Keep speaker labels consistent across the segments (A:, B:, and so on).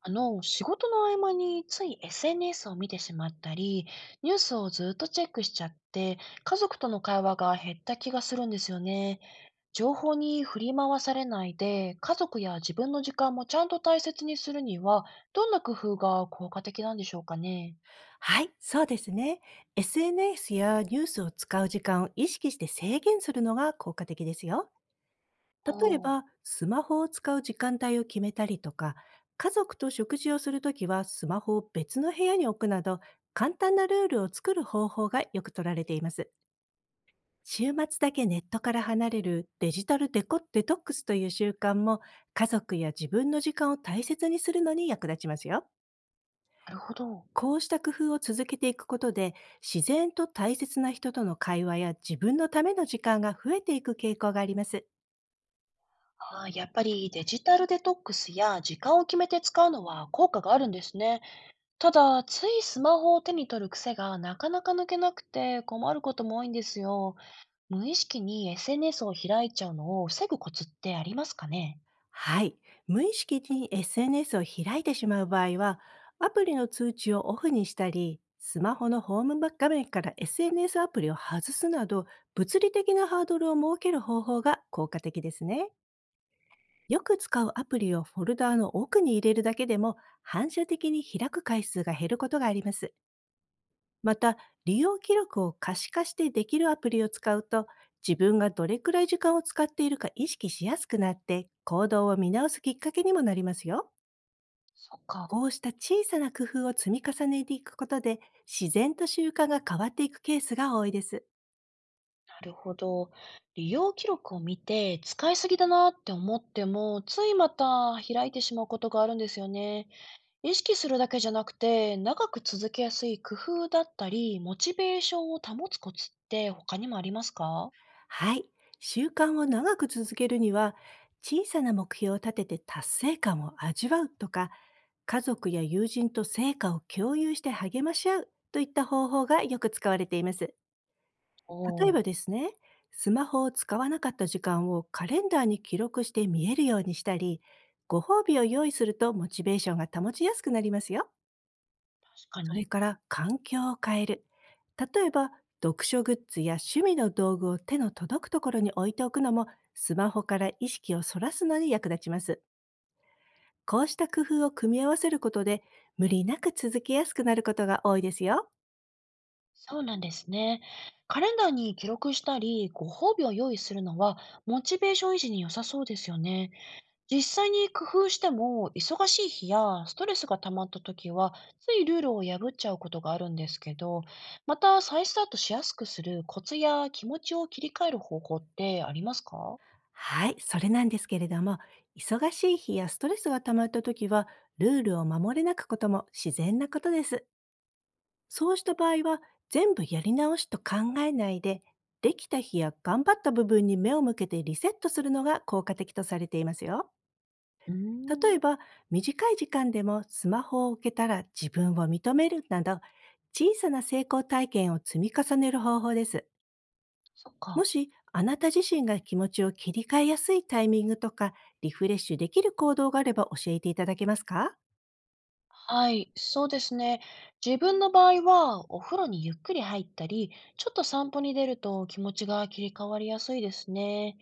A: 仕事の合間につい SNS を見てしまったり、ニュースをずっとチェックしちゃって、家族との会話が減った気がするんですよね。情報に振り回されないで、家族や自分の時間もちゃんと大切にするには、どんな工夫が効果的なんでしょうかね。
B: はい、そうですね。SNS やニュースを使う時間を意識して制限するのが効果的ですよ。
A: お
B: 例え
A: ー。
B: ば、スマホを使う時間帯を決めたりとか、家族と食事をするときはスマホを別の部屋に置くなど、簡単なルールを作る方法がよく取られています。週末だけネットから離れるデジタルデコデトックスという習慣も家族や自分の時間を大切にするのに役立ちますよ。
A: なるほど。
B: こうした工夫を続けていくことで、自然と大切な人との会話や自分のための時間が増えていく傾向があります。
A: あー、やっぱりデジタルデトックスや時間を決めて使うのは効果があるんですね。ただ、ついスマホを手に取る癖がなかなか抜けなくて困ることも多いんですよ。無意識に SNS を開いちゃうのを防ぐコツってありますかね？
B: はい。無意識に SNS を開いてしまう場合は、アプリの通知をオフにしたり、スマホのホーム画面から SNS アプリを外すなど、物理的なハードルを設ける方法が効果的ですね。よく使うアプリをフォルダーの奥に入れるだけでも、反射的に開く回数が減ることがあります。また、利用記録を可視化してできるアプリを使うと、自分がどれくらい時間を使っているか意識しやすくなって、行動を見直すきっかけにもなりますよ。
A: そっか。
B: こうした小さな工夫を積み重ねていくことで、自然と習慣が変わっていくケースが多いです。
A: なるほど。利用記録を見て使いすぎだなって思っても、ついまた開いてしまうことがあるんですよね。意識するだけじゃなくて、長く続けやすい工夫だったり、モチベーションを保つコツって他にもありますか？
B: はい。習慣を長く続けるには、小さな目標を立てて達成感を味わうとか、家族や友人と成果を共有して励まし合うといった方法がよく使われています。
A: おお
B: 例え
A: ー、
B: ばですね、スマホを使わなかった時間をカレンダーに記録して見えるようにしたり、ご褒美を用意するとモチベーションが保ちやすくなりますよ。
A: 確か
B: そ
A: に。
B: れから環境を変える。例えば、読書グッズや趣味の道具を手の届くところに置いておくのも、スマホから意識をそらすのに役立ちます。こうした工夫を組み合わせることで、無理なく続けやすくなることが多いですよ。
A: そうなんですね。カレンダーに記録したり、ご褒美を用意するのは、モチベーション維持に良さそうですよね。実際に工夫しても、忙しい日やストレスが溜まった時は、ついルールを破っちゃうことがあるんですけど、また再スタートしやすくするコツや気持ちを切り替える方法ってありますか？
B: はい、それなんですけれども、忙しい日やストレスが溜まった時は、ルールを守れなくことも自然なことです。そうした場合は、全部やり直しと考えないで、できた日や頑張った部分に目を向けてリセットするのが効果的とされていますよ。
A: うー
B: 例
A: ん、
B: えば、短い時間でもスマホを受けたら自分を認めるなど、小さな成功体験を積み重ねる方法です。
A: そっ
B: も
A: か。
B: し、あなた自身が気持ちを切り替えやすいタイミングとか、リフレッシュできる行動があれば教えていただけますか？
A: はい、そうですね。自分の場合は、お風呂にゆっくり入ったり、ちょっと散歩に出ると気持ちが切り替わりやすいですね。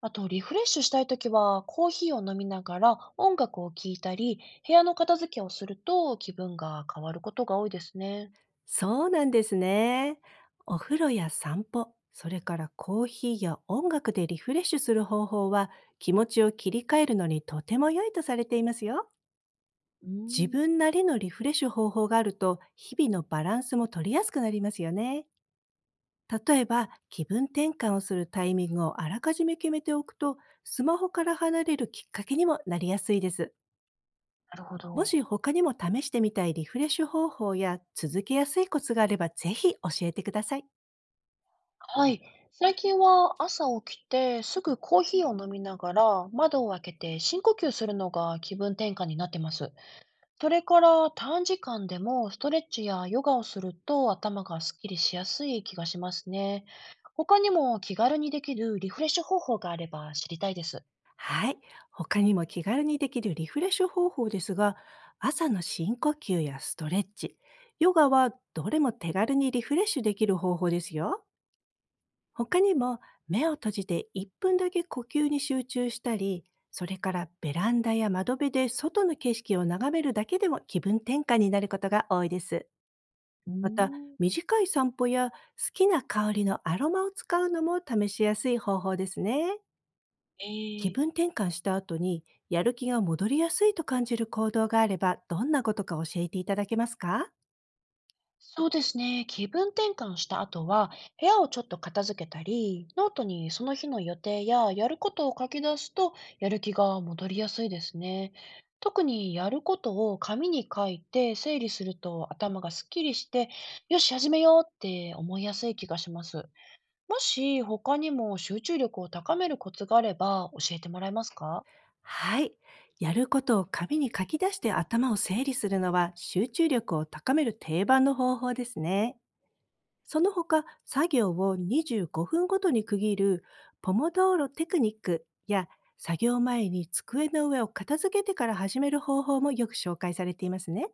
A: あと、リフレッシュしたいときは、コーヒーを飲みながら音楽を聴いたり、部屋の片付けをすると気分が変わることが多いですね。
B: そうなんですね。お風呂や散歩、それからコーヒーや音楽でリフレッシュする方法は気持ちを切り替えるのにとても良いとされていますよ。
A: うー
B: 自
A: ん、
B: 分なりのリフレッシュ方法があると日々のバランスも取りやすくなりますよね。例えば気分転換をするタイミングをあらかじめ決めておくとスマホから離れるきっかけにもなりやすいです。
A: なるほ
B: も
A: ど。
B: し他にも試してみたいリフレッシュ方法や続けやすいコツがあればぜひ教えてください。
A: はい。最近は朝起きてすぐコーヒーを飲みながら窓を開けて深呼吸するのが気分転換になってます。それから短時間でもストレッチやヨガをすると頭がすっきりしやすい気がしますね。他にも気軽にできるリフレッシュ方法があれば知りたいです。
B: はい。他にも気軽にできるリフレッシュ方法ですが、朝の深呼吸やストレッチ、ヨガはどれも手軽にリフレッシュできる方法ですよ。他にも目を閉じて1分だけ呼吸に集中したり、それからベランダや窓辺で外の景色を眺めるだけでも気分転換になることが多いです。
A: う
B: また、
A: ーん。
B: 短い散歩や好きな香りのアロマを使うのも試しやすい方法ですね。気
A: え。
B: 分転換した後にやる気が戻りやすいと感じる行動があればどんなことか教えていただけますか？
A: そうですね。気分転換した後は、部屋をちょっと片付けたり、ノートにその日の予定ややることを書き出すと、やる気が戻りやすいですね。特にやることを紙に書いて整理すると頭がすっきりして、よし、始めようって思いやすい気がします。もし他にも集中力を高めるコツがあれば教えてもらえますか？
B: はい。やることを紙に書き出して頭を整理するのは集中力を高める定番の方法ですね。その他、作業を25分ごふんごとに区切るポモドーロテクニックや作業前に机の上を片付けてから始める方法もよく紹介されていますね。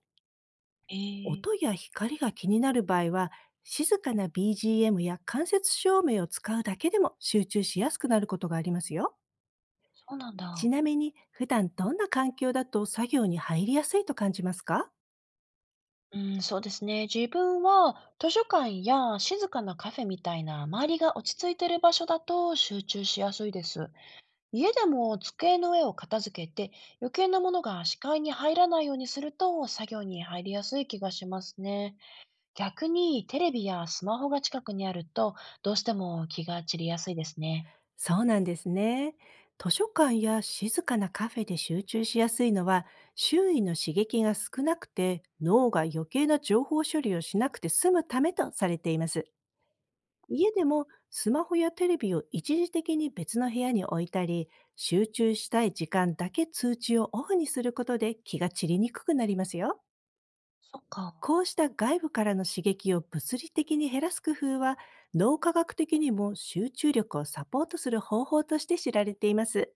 A: ええー、
B: 音や光が気になる場合は、静かな BGM や間接照明を使うだけでも集中しやすくなることがありますよ。
A: そうなんだ。
B: ちなみに、普段どんな環境だと作業に入りやすいと感じますか？
A: うん、そうですね。自分は図書館や静かなカフェみたいな周りが落ち着いてる場所だと集中しやすいです。家でも机の上を片付けて余計なものが視界に入らないようにすると作業に入りやすい気がしますね。逆にテレビやスマホが近くにあるとどうしても気が散りやすいですね。
B: そうなんですね。図書館や静かなカフェで集中しやすいのは、周囲の刺激が少なくて、脳が余計な情報処理をしなくて済むためとされています。家でもスマホやテレビを一時的に別の部屋に置いたり、集中したい時間だけ通知をオフにすることで気が散りにくくなりますよ。
A: そっか。
B: こうした外部からの刺激を物理的に減らす工夫は、脳科学的にも集中力をサポートする方法として知られています。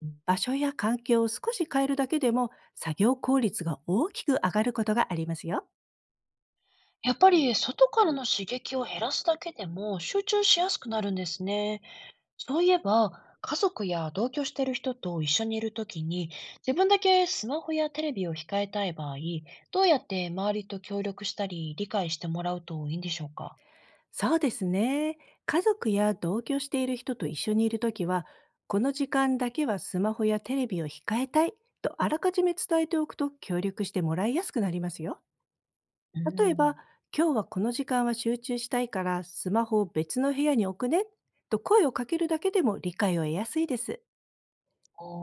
A: うん。
B: 場所や環境を少し変えるだけでも作業効率が大きく上がることがありますよ。
A: やっぱり外からの刺激を減らすだけでも集中しやすくなるんですね。そういえば、家族や同居してる人と一緒にいるときに、自分だけスマホやテレビを控えたい場合、どうやって周りと協力したり、理解してもらうといいんでしょうか？
B: そうですね。家族や同居している人と一緒にいるときは、「この時間だけはスマホやテレビを控えたい」とあらかじめ伝えておくと協力してもらいやすくなりますよ。
A: う
B: 例えば、「
A: ん、
B: 今日はこの時間は集中したいからスマホを別の部屋に置くね」と声をかけるだけでも理解を得やすいです。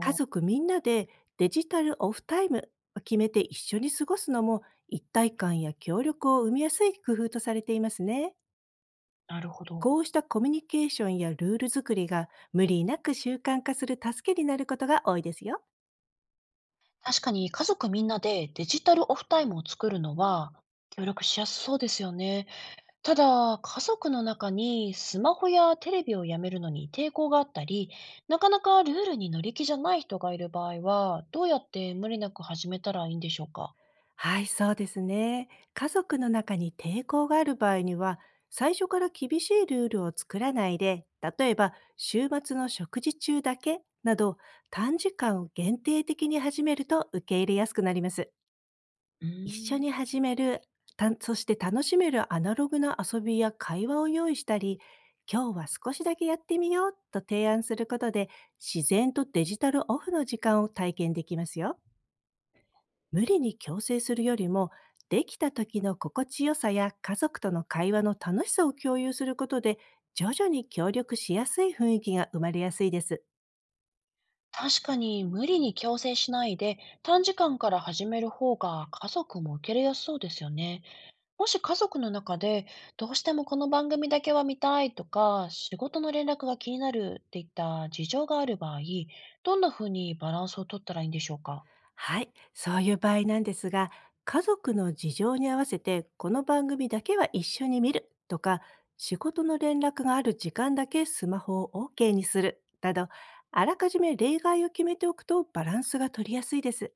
B: 家
A: ー、
B: 族みんなでデジタルオフタイムを決めて一緒に過ごすのも一体感や協力を生みやすい工夫とされていますね。
A: なるほど。
B: こうしたコミュニケーションやルール作りが無理なく習慣化する助けになることが多いですよ。
A: 確かに家族みんなでデジタルオフタイムを作るのは協力しやすそうですよね。ただ、家族の中にスマホやテレビをやめるのに抵抗があったり、なかなかルールに乗り気じゃない人がいる場合は、どうやって無理なく始めたらいいんでしょうか？
B: はい、そうですね。家族の中に抵抗がある場合には、最初から厳しいルールを作らないで、例えば週末の食事中だけなど、短時間を限定的に始めると受け入れやすくなります。
A: うー
B: 一緒
A: ん。
B: に始める、そして楽しめるアナログな遊びや会話を用意したり、「今日は少しだけやってみよう」と提案することで、自然とデジタルオフの時間を体験できますよ。無理に強制するよりも、できた時の心地よさや家族との会話の楽しさを共有することで、徐々に協力しやすい雰囲気が生まれやすいです。
A: 確かに無理に強制しないで、短時間から始める方が家族も受け入れやすそうですよね。もし家族の中で、どうしてもこの番組だけは見たいとか、仕事の連絡が気になるっていった事情がある場合、どんなふうにバランスを取ったらいいんでしょうか？
B: はい、そういう場合なんですが、家族の事情に合わせて、この番組だけは一緒に見るとか、仕事の連絡がある時間だけスマホを OK にするなど、あらかじめ例外を決めておくとバランスが取りやすいです。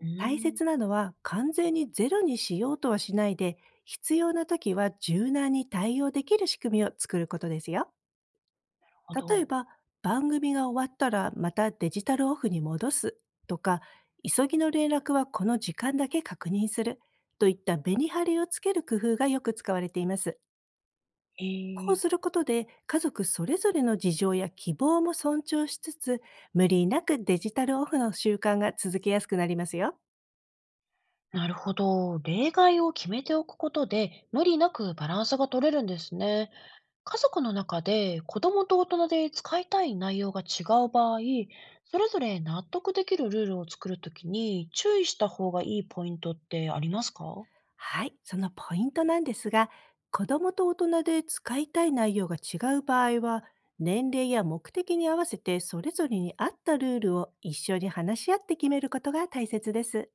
A: うー
B: 大
A: ん。
B: 切なのは完全にゼロにしようとはしないで、必要な時は柔軟に対応できる仕組みを作ることですよ。
A: ほ
B: 例え
A: ど。
B: ば、「番組が終わったらまたデジタルオフに戻す」とか、「急ぎの連絡はこの時間だけ確認する」といったメリハリをつける工夫がよく使われています。
A: え
B: こうす
A: え。
B: ることで家族それぞれの事情や希望も尊重しつつ、無理なくデジタルオフの習慣が続けやすくなりますよ。
A: なるほど。例外を決めておくことで、無理なくバランスが取れるんですね。家族の中で子供と大人で使いたい内容が違う場合、それぞれ納得できるルールを作るときに注意した方がいいポイントってありますか？
B: はい、そのポイントなんですが、子どもと大人で使いたい内容が違う場合は、年齢や目的に合わせてそれぞれに合ったルールを一緒に話し合って決めることが大切です。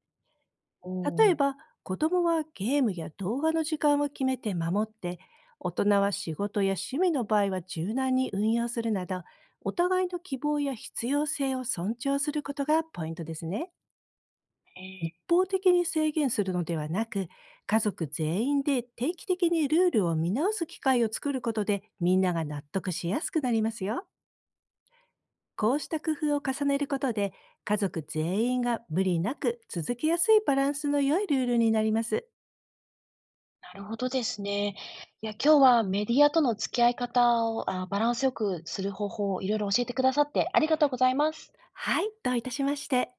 A: お
B: 例
A: ー。
B: えば、子供はゲームや動画の時間を決めて守って、大人は仕事や趣味の場合は柔軟に運用するなど、お互いの希望や必要性を尊重することがポイントですね。
A: え
B: 一
A: ー。
B: 方的に制限するのではなく、家族全員で定期的にルールを見直す機会を作ることで、みんなが納得しやすくなりますよ。こうした工夫を重ねることで、家族全員が無理なく続けやすいバランスの良いルールになります。
A: なるほどですね。いや、今日はメディアとの付き合い方をバランスよくする方法をいろいろ教えてくださってありがとうございます。
B: はい、どういたしまして。